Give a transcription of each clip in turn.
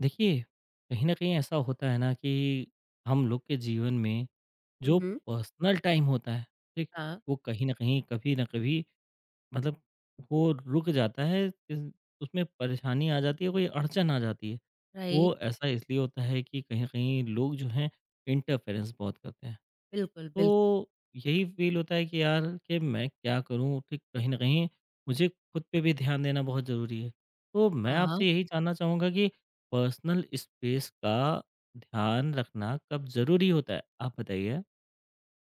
देखिए, कहीं न कहीं ऐसा होता है ना कि हम लोग के जीवन में हुँ, जो हुँ। पर्सनल टाइम होता है, ठीक? हाँ, वो कहीं न कहीं, कभी न कभी मतलब वो रुक जाता है, इस उसमें परेशानी आ जाती है, कोई अड़चन आ जाती है। राइट। वो ऐसा इसलिए होता है कि कहीं न कहीं लोग जो हैं, इंटरफेरेंस बहुत करते हैं। बिल्कुल, बिल्कुल। तो यही फ़ील होता है कि यार कि मैं क्या करूँ? ठीक कहीं न कहीं मुझे खुद पे भी ध्यान देना बहुत ज़रूरी है। तो मैं आपसे हाँ। यही जानना चाहूँगा कि पर्सनल स्पेस का ध्यान रखना कब ज़रूरी होता है? आप बताइए?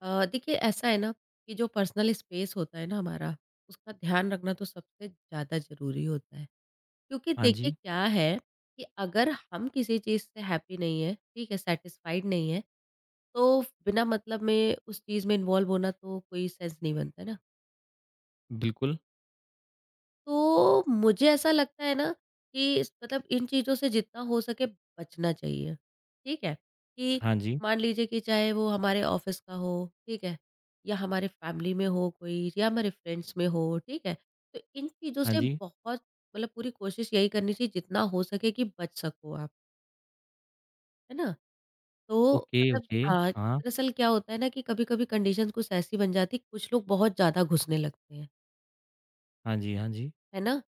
देखिए ऐसा है ना कि जो पर्सनल स्पेस होता है ना हमारा, उसका ध्यान रखना तो सबसे ज़्यादा ज़रूरी होता है। क्योंकि हाँ देखिए जी। क्या है कि अगर हम किसी चीज़ से हैप्पी नहीं हैं, ठीक है, सैटिस्फाइड नहीं हैं, तो बिना मतलब में उस चीज़ में इन्वॉल्व होना तो कोई सेंस नहीं बनता ना। बिल्कुल। तो मुझे ऐसा लगता है ना कि मतलब इन चीज़ों से जितना हो सके बचना चाहिए ठीक है कि हाँ जी, मान लीजिए कि चाहे वो हमारे ऑफिस का हो ठीक है या हमारे फैमिली में हो कोई या हमारे फ्रेंड्स में हो ठीक है तो इन चीज़ों हाँ से जी। बहुत मतलब पूरी कोशिश यही करनी चाहिए जितना हो सके कि बच सको आप है ना तो ओके, मतलब ओके। हाँ हाँ। दरअसल क्या होता है ना कि कभी कभी कंडीशंस कुछ ऐसी बन जाती कुछ लोग बहुत ज़्यादा घुसने लगते हैं हाँ जी, हाँ जी। है ना?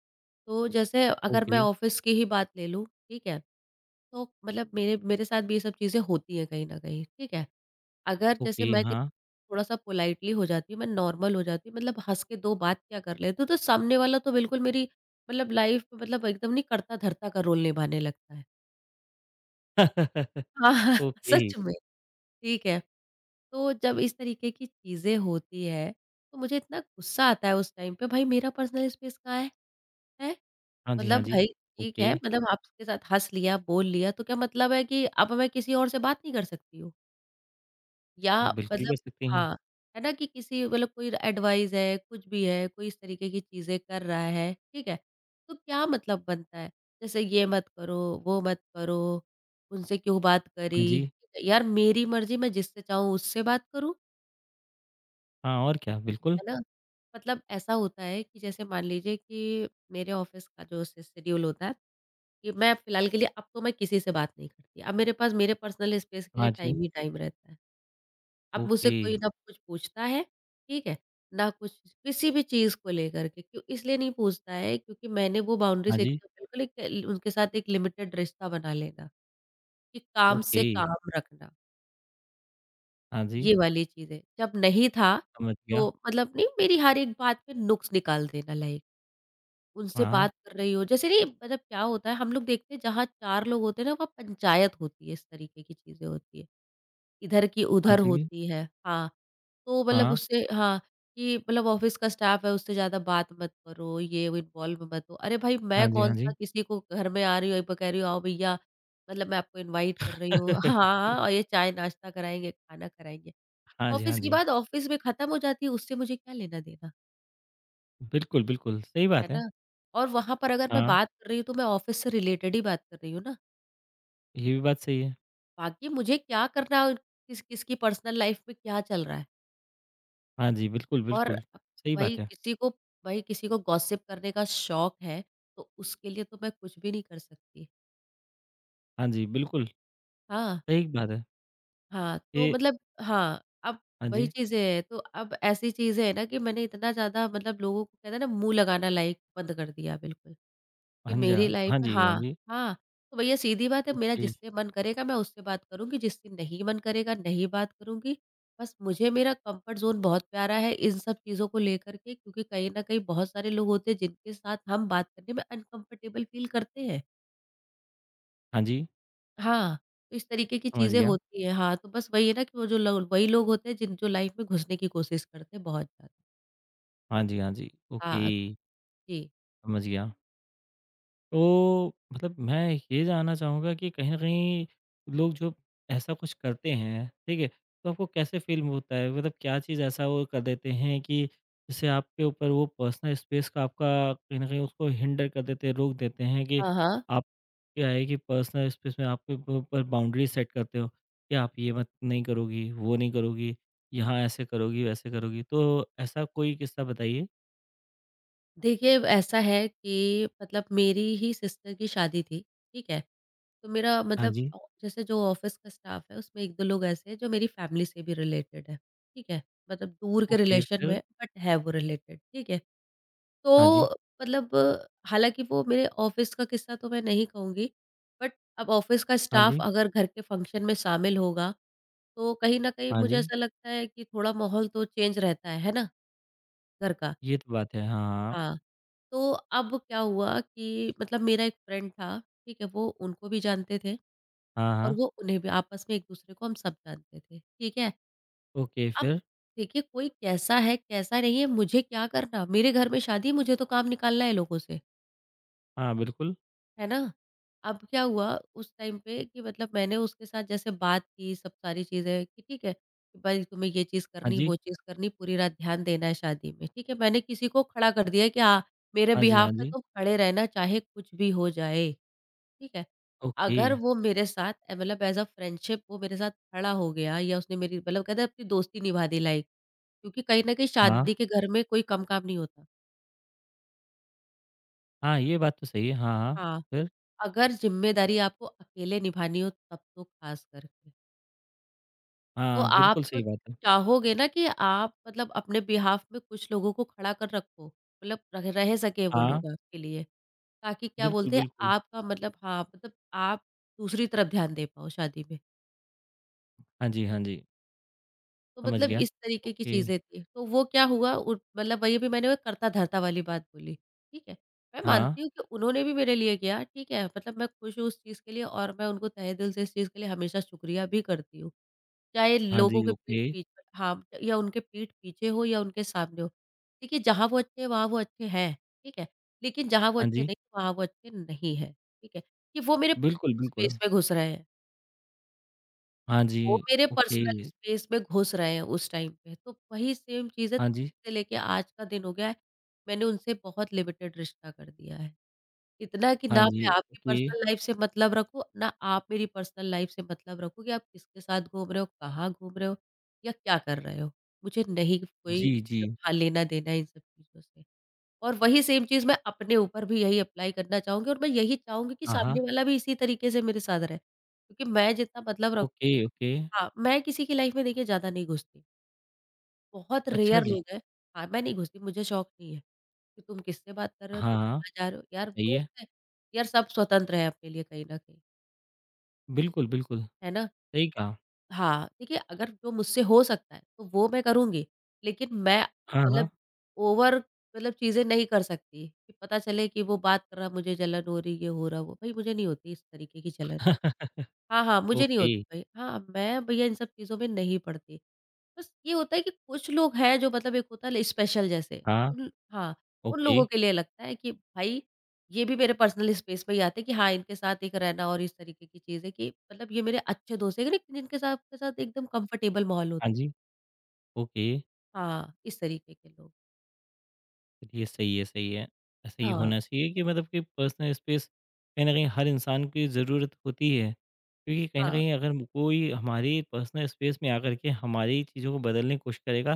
तो जैसे अगर मैं ओके, ऑफ़िस की ही बात ले लूँ, ठीक है? तो मतलब मेरे मेरे साथ भी ये सब चीज़ें होती हैं कहीं न कहीं, ठीक है? अगर जैसे ओके। मैं कि हाँ। थोड़ा-सा पोलाइटली हो जाती हूँ, मैं नॉर्मल हो जाती हूँ, मतलब हँस के दो बात क्या कर लेती हूँ, तो सामने वाला तो बिल्कुल मेरी मतलब लाइफ़ मतलब एकदम नहीं कर्ता-धर्ता का रोल निभाने लगता है। हाँ, हाँ, ओके। सच में, ठीक है। तो जब इस तरीके की चीज़ें होती हैं, तो मुझे इतना गुस्सा आता है उस टाइम पे, भाई मेरा पर्सनल स्पेस कहाँ है? हैं? हाँ जी, मतलब हाँ जी। भाई ठीक है, ओके। मतलब आपके साथ हँस लिया, बोल लिया, तो क्या मतलब है कि अब मैं किसी और से बात नहीं कर सकती हूँ? या बिल्कुल कर मतलब सकती हैं। हाँ, है ना कि किसी मतलब कोई एडवाइस है, कुछ भी है, कोई इस तरीके की चीज़ें कर रहा है, ठीक है? तो क्या मतलब बनता है? जैसे ये मत करो, वो मत करो, उनसे क्यों बात हाँ करी? जी। यार मेरी मर्ज़ी मैं जिससे चाहूँ उससे बात करूँ, हाँ और क्या? बिल्कुल। है ना? मतलब ऐसा होता है कि जैसे मान लीजिए कि मेरे ऑफ़िस का जो श शेड्यूल होता है कि मैं फिलहाल के लिए अब तो मैं किसी से बात नहीं करती। अब मेरे पास मेरे पर्सनल स्पेस के लिए हाँ जी। टाइम ही टाइम रहता है। अब मुझसे ओके। कोई ना कुछ पूछता है, ठीक है? ना कुछ किसी भी चीज़ को लेकर के क्यों इसलिए नहीं पूछता है क्योंकि मैंने वो हाँ बाउंड्रीज़ एक जी। तो बिल्कुल एक उनके साथ एक लिमिटेड रिश्ता बना लेना कि काम ओके, से काम रखना, हाँ जी, ये वाली चीज़ है। जब नहीं था, समझ तो गया। मतलब नहीं मेरी हर एक बात पे नुक्स निकाल देना लाइक उनसे हाँ, बात कर रही हो। जैसे नहीं मतलब क्या होता है हम लोग देखते हैं जहाँ चार लोग होते हैं ना वहाँ पंचायत होती है, इस तरीके की चीज़ें होती है। इधर की हाँ उधर जी, होती है। हाँ, तो मतलब हाँ, उससे हाँ, कि मतलब ऑफ़िस का स्टाफ़ है उससे ज़्यादा बात मत करो, ये वो इन्वॉल्व मत हो। अरे भाई मैं हाँ जी, हाँ कौन-सा जी। किसी को घर में आ रही हूँ, एक बार कह रही हूँ आओ भैया मतलब मैं आपको इनवाइट कर रही हूँ। हाँ, और ये चाय नाश्ता कराएँगे, खाना कराएँगे। हाँ जी, हाँ ऑफ़िस की जी। बात ऑफ़िस में ख़त्म हो जाती है, उससे मुझे क्या लेना देना? बिल्कुल, बिल्कुल, सही है बात है। ना? और वहाँ पर अगर मैं हाँ, बात कर रही हूँ तो मैं ऑफ़िस से रिलेटेड ही बात कर रही हूँ ना। ये भी बात सही है। बाकी मुझे क्या करना है, किस किसकी पर्सनल लाइफ़ में क्या चल रहा है। हाँ जी, बिल्कुल, और बिल्कुल, सही भाई बात है। किसी को भाई किसी को गॉसिप करने का शौक है, तो उसके लिए तो मैं कुछ भी नहीं कर सकती। हाँ जी, बिल्कुल, हाँ, सही बात है। हाँ, तो ये मतलब हाँ, अब हाँ वही जी, चीज़ें हैं। तो अब ऐसी चीज़ें हैं ना कि मैंने इतना ज़्यादा मतलब लोगों को कहते हैं ना मुँह लगाना लाइक बंद कर दिया बिल्कुल। कि हाँ जी, हाँ मेरी लाइफ हाँ में जी, हाँ हाँ, जी, हाँ। तो भैया सीधी बात है मेरा ओके, जिससे मन करेगा मैं उससे बात करूँगी, जिससे नहीं मन करेगा नहीं बात करूँगी। बस मुझे मेरा कम्फर्ट ज़ोन बहुत प्यारा है इन सब चीज़ों को लेकर के क्योंकि कहीं न कहीं बहुत सारे लोग होते हैं जिनके साथ हम बात करने में अनकम्फर्टेबल फ़ील करते हैं। हाँ जी, हाँ, तो इस तरीके की समझ चीज़ें गया। होती हैं। हाँ, तो बस वही है ना कि वो जो लो वही लोग होते हैं जिन जो लाइफ में घुसने की कोशिश करते हैं बहुत ज़्यादा। हाँ जी, हाँ जी, ओके, हाँ, जी। समझ गया। तो मतलब मैं ये जानना चाहूँगा कि कहीं न कहीं लोग जो ऐसा कुछ करते हैं, ठीक है? तो आपको कैसे फ़ील होता है? मतलब क्या चीज़ ऐसा वो कर देते हैं कि जिससे आपके ऊपर वो पर्सनल स्पेस का आपका कहीं न कहीं उसको हिंडर कर देते हैं, रोक देते हैं कि हाँ, हाँ। आप क्या है कि पर्सनल स्पेस में आपके ब ऊपर बाउंड्री सेट करते हो कि आप ये मत नहीं करोगी, वो नहीं करोगी, यहाँ ऐसे करोगी, वैसे करोगी। तो ऐसा कोई किस्सा बताइए? देखिए, ऐसा है कि मतलब मेरी ही सिस्टर की शादी थी, ठीक है? तो मेरा हाँ मतलब जी। जैसे जो ऑफ़िस का स्टाफ़ है उसमें एक-दो लोग ऐसे हैं जो मेरी फ़ैमिली से भी रिलेटेड है, ठीक है? मतलब दूर के ओके, रिलेशन फिर? में बट है वो रिलेटेड, ठीक है? हाँ जी, तो मतलब हालाँकि वो मेरे ऑफ़िस का किस्सा तो मैं नहीं कहूँगी, बट अब ऑफ़िस का हाँ स्टाफ़ जी, अगर घर के फ़ंक्शन में शामिल होगा, तो कहीं न कहीं हाँ जी, मुझे हाँ जी। ऐसा लगता है कि थोड़ा माहौल तो चेंज रहता है ना? घर का। ये तो बात है। हाँ, हाँ, तो अब क्या हुआ कि मतलब मेरा एक फ्रेंड था, ठीक है? वो उनको भी जानते थे हाँ। हाँ, और हाँ। वो उन्हें भी, आपस में एक-दूसरे को हम सब जानते थे, ठीक है? ओके अब फिर? देखिए कोई कैसा है, कैसा नहीं है, मुझे क्या करना? मेरे घर में शादी है, मुझे तो काम निकालना है लोगों से। हाँ, बिल्कुल। है ना? अब क्या हुआ उस टाइम पे कि मतलब मैंने उसके साथ जैसे बात की सब सारी चीज़ें कि ठीक है, कि भाई तुम्हें ये चीज़ हाँ करनी, जी। वो चीज़ करनी, पूरी रात ध्यान देना है शादी में, ठीक है? मैंने किसी को खड़ा कर दिया कि हाँ, मेरे हाँ जी, हाँ बिहाफ़ पे जी। तुम खड़े रहना चाहे कुछ भी हो जाए, ठीक है? ओके। अगर वो मेरे साथ मतलब एज़ अ फ्रेंडशिप वो मेरे साथ खड़ा हो गया या उसने मेरी मतलब कहते हैं अपनी दोस्ती निभा दी लाइक क्योंकि कहीं न कहीं हाँ। शादी के घर में कोई कम काम नहीं होता। हाँ, ये बात तो सही है। हाँ, हाँ। हाँ। फिर? अगर ज़िम्मेदारी आपको अकेले निभानी हो तब तो ख़ास करके। तो हाँ, आप बिल्कुल तो सही बात है। चाहोगे ना कि आप मतलब अपने बिहाफ़ में कुछ लोगों को खड़ा कर रखो, मतलब रह रह सके वो हाँ, लोग आपके लिए, ताकि क्या बिल्कुल, बोलते हैं बिल्कुल। आपका मतलब हाँ, मतलब आप दूसरी तरफ ध्यान दे पाओ शादी में। हाँ जी, हाँ जी। तो समझ मतलब गया। इस तरीके की ओके। चीज़ें थी। तो वो क्या हुआ उ मतलब वही भी मैंने वो करता-धरता वाली बात बोली, ठीक है? मैं हाँ। मानती हूँ कि उन्होंने भी मेरे लिए किया, ठीक है? मतलब मैं खुश हूँ उस चीज़ के लिए और मैं उनको तहे दिल से इस चीज़ के लिए हमेशा शुक्रिया भी करती हूँ। चाहे हाँ लोगों जी, के पीठ ओके। पीछ हाँ, या उनके पीठ पीछे हो या उनके सामने हो। देखिए जहाँ वो अच्छे हैं, वहाँ वो अच्छे हैं, ठीक है? लेकिन जहाँ वो हाँ अच्छे जी। नहीं, वहाँ वो अच्छे नहीं हैं, ठीक है? कि वो मेरे बिल्कुल, पर्सनल बिल्कुल। स्पेस में घुस रहे हैं, हाँ वो जी, मेरे पर्सनल ओके। स्पेस में घुस रहे हैं उस टाइम पे। तो वही सेम चीज़ है, हाँ तब जी। से लेके आज का दिन हो गया है, मैंने उनसे बहुत लिमिटेड रिश्ता कर दिया है। इतना कि हाँ ना मैं जी, आपकी ओके। पर्सनल लाइफ से मतलब रखूँ, ना आप मेरी पर्सनल लाइफ से मतलब रखो कि आप किसके साथ घूम रहे हो, कहाँ घूम रहे हो या क्या कर रहे हो। मुझे नहीं कोई जी, जी। मतलब हाँ, लेना-देना है इन सब चीज़ों से। और वही सेम चीज़ मैं अपने ऊपर भी यही अप्लाई करना चाहूँगी और मैं यही चाहूँगी कि हाँ, सामने हाँ। वाला भी इसी तरीके से मेरे साथ रहे। क्योंकि मैं जितना मतलब रखूँ ओके, ओके। हाँ, मैं किसी की लाइफ़ में देखिए ज़्यादा नहीं घुसती। बहुत अच्छा रेयर जी। लोग हैं हाँ, मैं नहीं घुसती, मुझे शौक नहीं है। कि तुम किससे बात कर रहे हो, हाँ, तुम हाँ। कहाँ जा रहे हो? यार सही है। दोस्त है, यार सब स्वतंत्र है अपने लिए कहीं न कहीं, बिल्कुल, बिल्कुल। है ना? सही कहा। हाँ, देखिए अगर जो मुझसे हो सकता है तो वो मैं करूँगी, लेकिन मैं हाँ, हाँ। मतलब ओवर मतलब चीज़ें नहीं कर सकती कि पता चले कि वो बात कर रहा मुझे जलन हो रही, ये हो रहा, वो। भई मुझे नहीं होती इस तरीके की जलन। हाँ, हाँ, मुझे नहीं ओके। होती भाई। हाँ, मैं भैया इन सब चीज़ों में नहीं पड़ती। बस ये होता है कि कुछ लोग हैं जो मतलब एक होता है स्पेशल जैसे हाँ, उन हाँ, उन ओके। लोगों के लिए लगता है कि भाई ये भी मेरे पर्सनल स्पेस में ही आते हैं कि हाँ, इनके साथ एक रहना और इस तरीके की चीज़ें कि मतलब ये मेरे अच्छे दोस्त हैं लेकिन जिनके साथ के साथ एकदम कंफर्टेबल माहौल होता हाँ है। जी, ओके। हाँ, इस तरीके के लोग। ये सही है सही है। ऐसा ही हाँ, होना चाहिए कि मतलब कि पर्सनल स्पेस कहीं न कहीं हर इंसान की ज़रूरत होती है। क्योंकि कहीं न हाँ, कहीं अगर कोई हमारी पर्सनल स्पेस में आकर के हमारी चीज़ों को बदलने की कोशिश करेगा,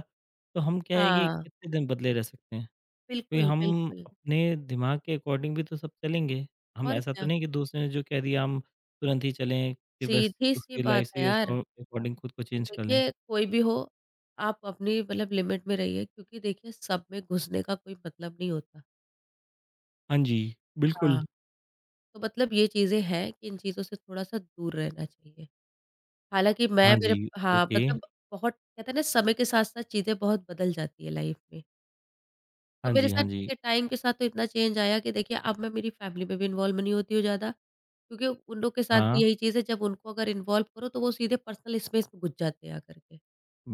तो हम क्या है कि हाँ। कितने दिन बदले रह सकते हैं? क्योंकि बिल्कुल, हम बिल्कुल। अपने दिमाग के अकॉर्डिंग भी तो सब चलेंगे। हम और ऐसा तो क्या? नहीं कि दूसरे ने जो कह दिया हम तुरंत ही चलें कि बस सीधी-सी उसकी बात लाइफ़ है से यार। उसको अकॉर्डिंग खुद को चेंज कर लें। देखिए, कोई भी हो, आप अपनी मतलब लिमिट में रहिए क्योंकि देखिए सब में घुसने का कोई मतलब नहीं होता। हाँ जी, बिल्कुल। हाँ। तो मतलब ये चीज़ें हैं कि इन चीज़ों से थोड़ा-सा दूर रहना चाहिए। हालाँकि मैं हाँ मेरे जी, हाँ, ओके। मतलब बहुत कहते हैं ना समय के साथ-साथ चीज़ें बहुत बदल जाती है लाइफ़ में। तो हाँ मेरे जी, हाँ साथ जी। देखिए टाइम के साथ तो इतना चेंज आया कि देखिए अब मैं मेरी फैमिली में भी इन्वॉल्व नहीं होती हूँ ज़्यादा, क्योंकि उन लोग के साथ हाँ, भी यही चीज़ है जब उनको अगर इन्वॉल्व करो तो वो सीधे पर्सनल स्पेस में घुस जाते हैं आकर के।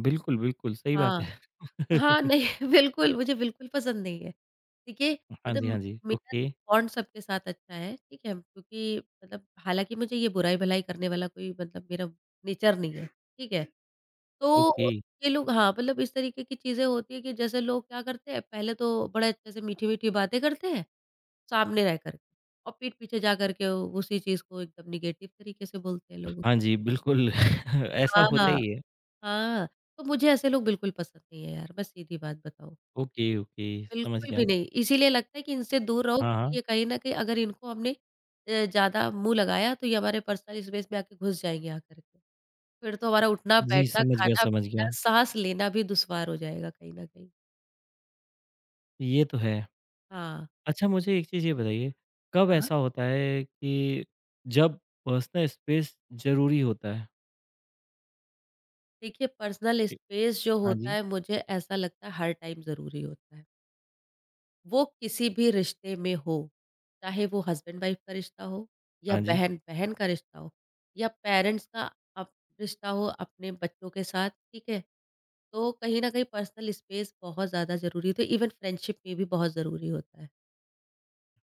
बिल्कुल, बिल्कुल, सही बात हाँ। है। हाँ, नहीं बिल्कुल, मुझे बिल्कुल पसंद नहीं है। देखिए, हाँ जी, हाँ मतलब जी, मेरा ओके, बॉन्ड सबके साथ अच्छा है, ठीक है? क्योंकि मतलब हालाँकि मुझे ये बुराई-भलाई करने वाला कोई मतलब मेरा नेचर नहीं है, ठीक है? ओके। तो ये लोग हाँ, मतलब इस तरीके की चीज़ें होती हैं कि जैसे लोग क्या करते हैं, पहले तो बड़े अच्छे से मीठी-मीठी बातें करते हैं, सामने रह कर के और पीठ पीछे जा कर के उसी चीज़ को एकदम नेगेटिव तरीके से बोलते हैं लोग। हाँ जी, बिल्कुल ऐसा हाँ, होता हाँ। ही है। हाँ, तो मुझे ऐसे लोग बिल्कुल पसंद नहीं है यार, मैं सीधी बात बताऊँ। ओके, ओके, समझ बिल्कुल भी गया। नहीं, इसीलिए लगता है कि इनसे दूर रहो हाँ, क्योंकि हाँ। ये कहीं न कहीं अगर इनको हमने ज़्यादा मुँह लगाया तो ये हमारे पर्सनल स्पेस में आके घुस जाएँगे आकर के। फिर तो हमारा उठना, जी, बैठना, समझ गया, समझ खाना-पीना, गया। साँस लेना भी दुश्वार हो जाएगा कहीं न कहीं। ये तो है। हाँ, अच्छा मुझे एक चीज़ ये बताइए, कब हाँ। ऐसा होता है कि जब पर्सनल स्पेस ज़रूरी होता है? देखिए पर्सनल ए स्पेस जो हाँ होता जी, है मुझे ऐसा लगता है हर टाइम ज़रूरी होता है। वो किसी भी रिश्ते में हो, चाहे वो हस्बैंड-वाइफ का रिश्ता हो या हाँ जी, बहन-बहन का रिश्ता हो या पेरेंट्स का अप रिश्ता हो अपने बच्चों के साथ, ठीक है? तो कहीं न कहीं पर्सनल स्पेस बहुत ज़्यादा ज़रूरी होती है, इवन फ्रेंडशिप में भी बहुत ज़रूरी होता है।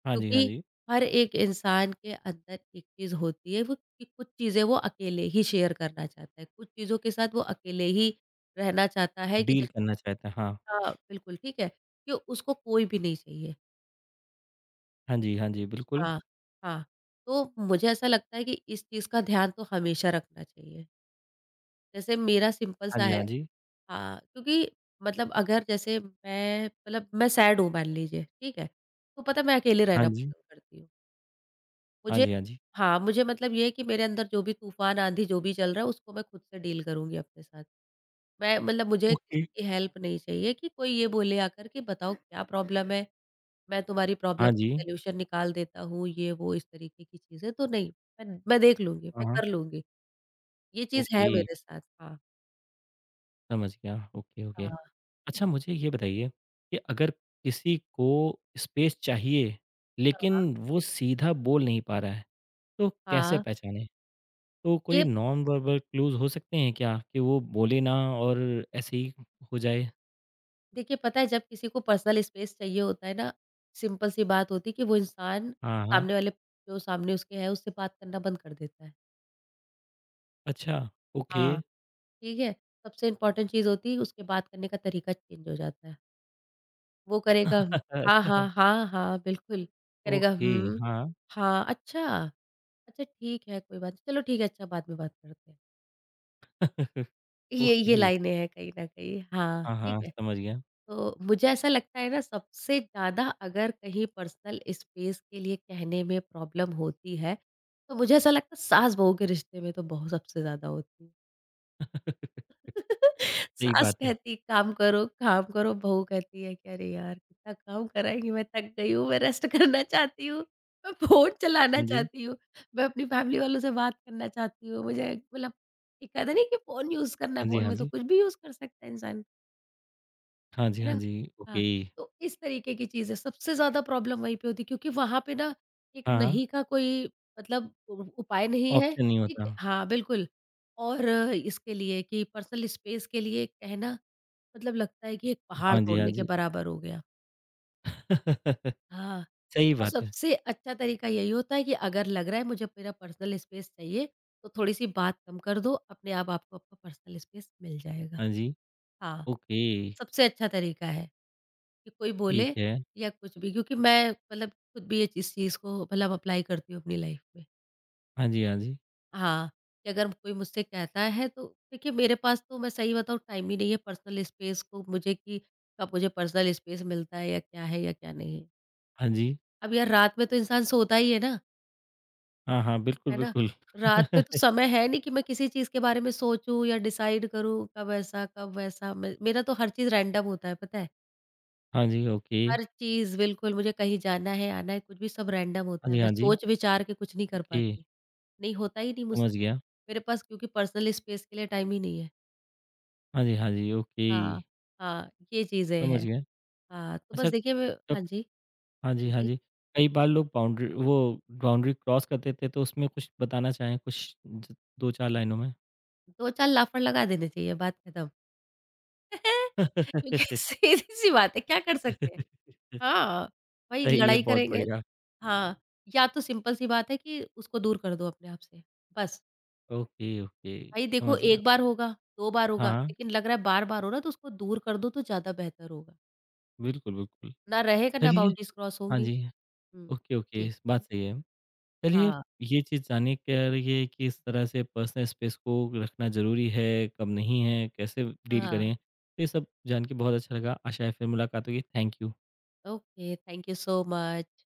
हाँ जी, हाँ क्योंकि जी। हर एक इंसान के अंदर एक चीज़ होती है वो कि कुछ चीज़ें वो अकेले ही शेयर करना चाहता है, कुछ चीज़ों के साथ वो अकेले ही रहना चाहता है कि डील जैसे- करना चाहते हैं, हाँ। हाँ, बिल्कुल ठीक है, कि उसको कोई भी नहीं चाहिए। हाँ जी, हाँ जी, बिल्कुल। हाँ, हाँ। तो मुझे ऐसा लगता है कि इस चीज़ का ध्यान तो हमेशा रखना चाहिए। जैसे मेरा सिंपल हाँ सा जी, है हाँ जी। हाँ, क्योंकि मतलब अगर जैसे मैं मतलब मैं सैड हूँ मान लीजिए, ठीक है? तो पता है मैं अकेले हाँ रहना जी, पसंद करती हूँ। हाँ मुझे जी, हाँ जी। हाँ, मुझे मतलब ये है कि मेरे अंदर जो भी तूफ़ान, आँधी जो भी चल रहा है उसको मैं खुद से डील करूँगी अपने साथ। मैं मतलब मुझे ओके। किसी की हेल्प नहीं चाहिए कि कोई ये बोले आकर कि बताओ क्या प्रॉब्लम है? मैं तुम्हारी प्रॉब्लम हाँ का जी। सॉल्यूशन निकाल देता हूँ, ये वो इस तरीके की चीज़ें तो नहीं, मैं देख लूँगी, हाँ, मैं हाँ। कर लूँगी। ये चीज़ है ओके, मेरे साथ। हाँ, समझ गया। Okay, okay. हाँ, अच्छा मुझे ये बताइए कि अगर किसी को स्पेस चाहिए, हाँ, लेकिन वो सीधा बोल नहीं पा रहा है, तो कैसे हाँ। पहचानें? तो कोई ये नॉन वर्बल क्लूज़ हो सकते हैं क्या कि वो बोले ना और ऐसे ही हो जाए? देखिए पता है जब किसी को पर्सनल स्पेस चाहिए होता है ना, सिंपल सी बात होती है कि वो इंसान हाँ, हाँ। सामने वाले जो सामने उसके है उससे बात करना बंद कर देता है। अच्छा, ओके। हाँ। ठीक है? सबसे इम्पोर्टेंट चीज़ होती है उसके बात करने का तरीका चेंज हो जाता है। वो करेगा हाँ, हाँ, अच्छा, हाँ, हाँ, बिल्कुल। करेगा ओके, हुँ, हाँ। हाँ, अच्छा, अच्छा ठीक है कोई बात नहीं, चलो ठीक है अच्छा बाद में बात करते हैं। ये ओके। लाइनें हैं कहीं न कहीं। हाँ, हाँ, ठीक हाँ, है। समझ गया। तो मुझे ऐसा लगता है ना सबसे ज़्यादा अगर कहीं पर्सनल स्पेस के लिए कहने में प्रॉब्लम होती है, तो मुझे ऐसा लगता है सास बहू के रिश्ते में तो बहुत सबसे ज़्यादा होती है। सही सास बात है। कहती काम करो, बहू कहती है कि अरे यार! कितना काम कराएँगी मैं थक गई हूँ, मैं रेस्ट करना चाहती हूँ, मैं फ़ोन चलाना हाँ जी। चाहती हूँ, मैं अपनी फैमिली वालों से बात करना चाहती हूँ, मुझे मतलब एक कहते नहीं कि फ़ोन यूज़ करना है, हाँ जी, फ़ोन हाँ में तो जी। कुछ भी यूज़ कर सकता है इंसान। हाँ जी, है हाँ ना? जी। ओके। हाँ। तो इस तरीके की चीज़ है, सबसे ज़्यादा प्रॉब्लम वहीं पे होती है क्योंकि वहाँ पे ना एक हाँ, हाँ। नहीं का कोई मतलब उ उपाय नहीं है, ऑप्शन नहीं ठीक होता। है? हाँ, बिल्कुल और इसके लिए कि पर्सनल स्पेस के लिए कहना मतलब लगता है कि एक पहाड़ हाँ जी, हाँ तोड़ने के जी। बराबर हो गया। सही हाँ, और बात है। सबसे अच्छा तरीका यही होता है कि अगर लग रहा है मुझे मेरा पर्सनल स्पेस चाहिए, तो थोड़ी-सी बात कम कर दो, अपने आप आपको आपका पर्सनल स्पेस मिल जाएगा। हाँ जी, हाँ, ओके, सबसे अच्छा तरीका है। कि कोई ठीक बोले है। या कुछ भी क्योंकि मैं मतलब खुद भी ये इस चीज़ को मतलब अप्लाई करती हूँ अपनी लाइफ में। हाँ जी, हाँ जी। हाँ, कि अगर कोई मुझसे कहता है तो देखिए मेरे पास तो मैं सही बताऊँ टाइम ही नहीं है पर्सनल स्पेस को मुझे कि कब मुझे पर्सनल स्पेस मिलता है या क्या नहीं है। हाँ जी। अब यार रात में तो इंसान सोता ही है ना, हाँ, हाँ, बिल्कुल, है ना? बिल्कुल। रात में तो समय है नहीं कि मैं किसी चीज़ के बारे में सोचूँ या डिसाइड करूँ कब ऐसा, कब वैसा। मे मेरा तो हर चीज़ रैंडम होता है पता है? हाँ जी, ओके। हर चीज़ बिल्कुल, मुझे कहीं जाना है, आना है, कुछ भी सब रैंडम हाँ होता है। जी, मैं हाँ जी। सोच विचार के कुछ नहीं कर ओके, पाती। नहीं, होता ही नहीं समझ मुझसे। गया। मेरे पास क्योंकि पर्सनल स्पेस के लिए टाइम ही नहीं है। हाँ जी, हाँ जी, ओके, हाँ, हाँ, ये चीज़ें समझ हैं। गया। हाँ, तो अच्छा बस देखिए मैं तब हाँ जी। हाँ जी, हाँ हाँ जी, जी। कई बार लोग बाउंड्री वो बाउंड्री क्रॉस कर देते हैं, तो उसमें कुछ बताना चाहें कुछ ज 2-4 लाइनों में? 2-4 लाफ़ड़ लगा देने चाहिए, बात खत्म। क्योंकि सीधी-सी बात है, क्या कर सकते हैं? हाँ, वही सही है, लड़ाई बहुत करेंगे बढ़िया। हाँ, या तो सिंपल सी बात है कि उसको दूर कर दो अपने आप से, बस। ओके, ओके, भाई देखो समझ गया। 1 बार होगा, 2 बार हाँ, होगा, हाँ, लेकिन लग रहा है बार-बार हो रहा है तो उसको दूर कर दो तो ज़्यादा बेहतर होगा। बिल्कुल, बिल्कुल। ना रहेगा ना चलिए बाउंड्रीज़ क्रॉस हाँ होंगी। जी, हुँ, ओके, ओके, जी। इस बात सही है। चलिए, हाँ, ये चीज़ जानने के लिए कि इस तरह से पर्सनल स्पेस को रखना ज़रूरी है, कब नहीं है, कैसे डील हाँ। करें, तो ये सब जान के बहुत अच्छा लगा। आशा है फिर मुलाकात होगी। Thank you. Okay, thank you so much.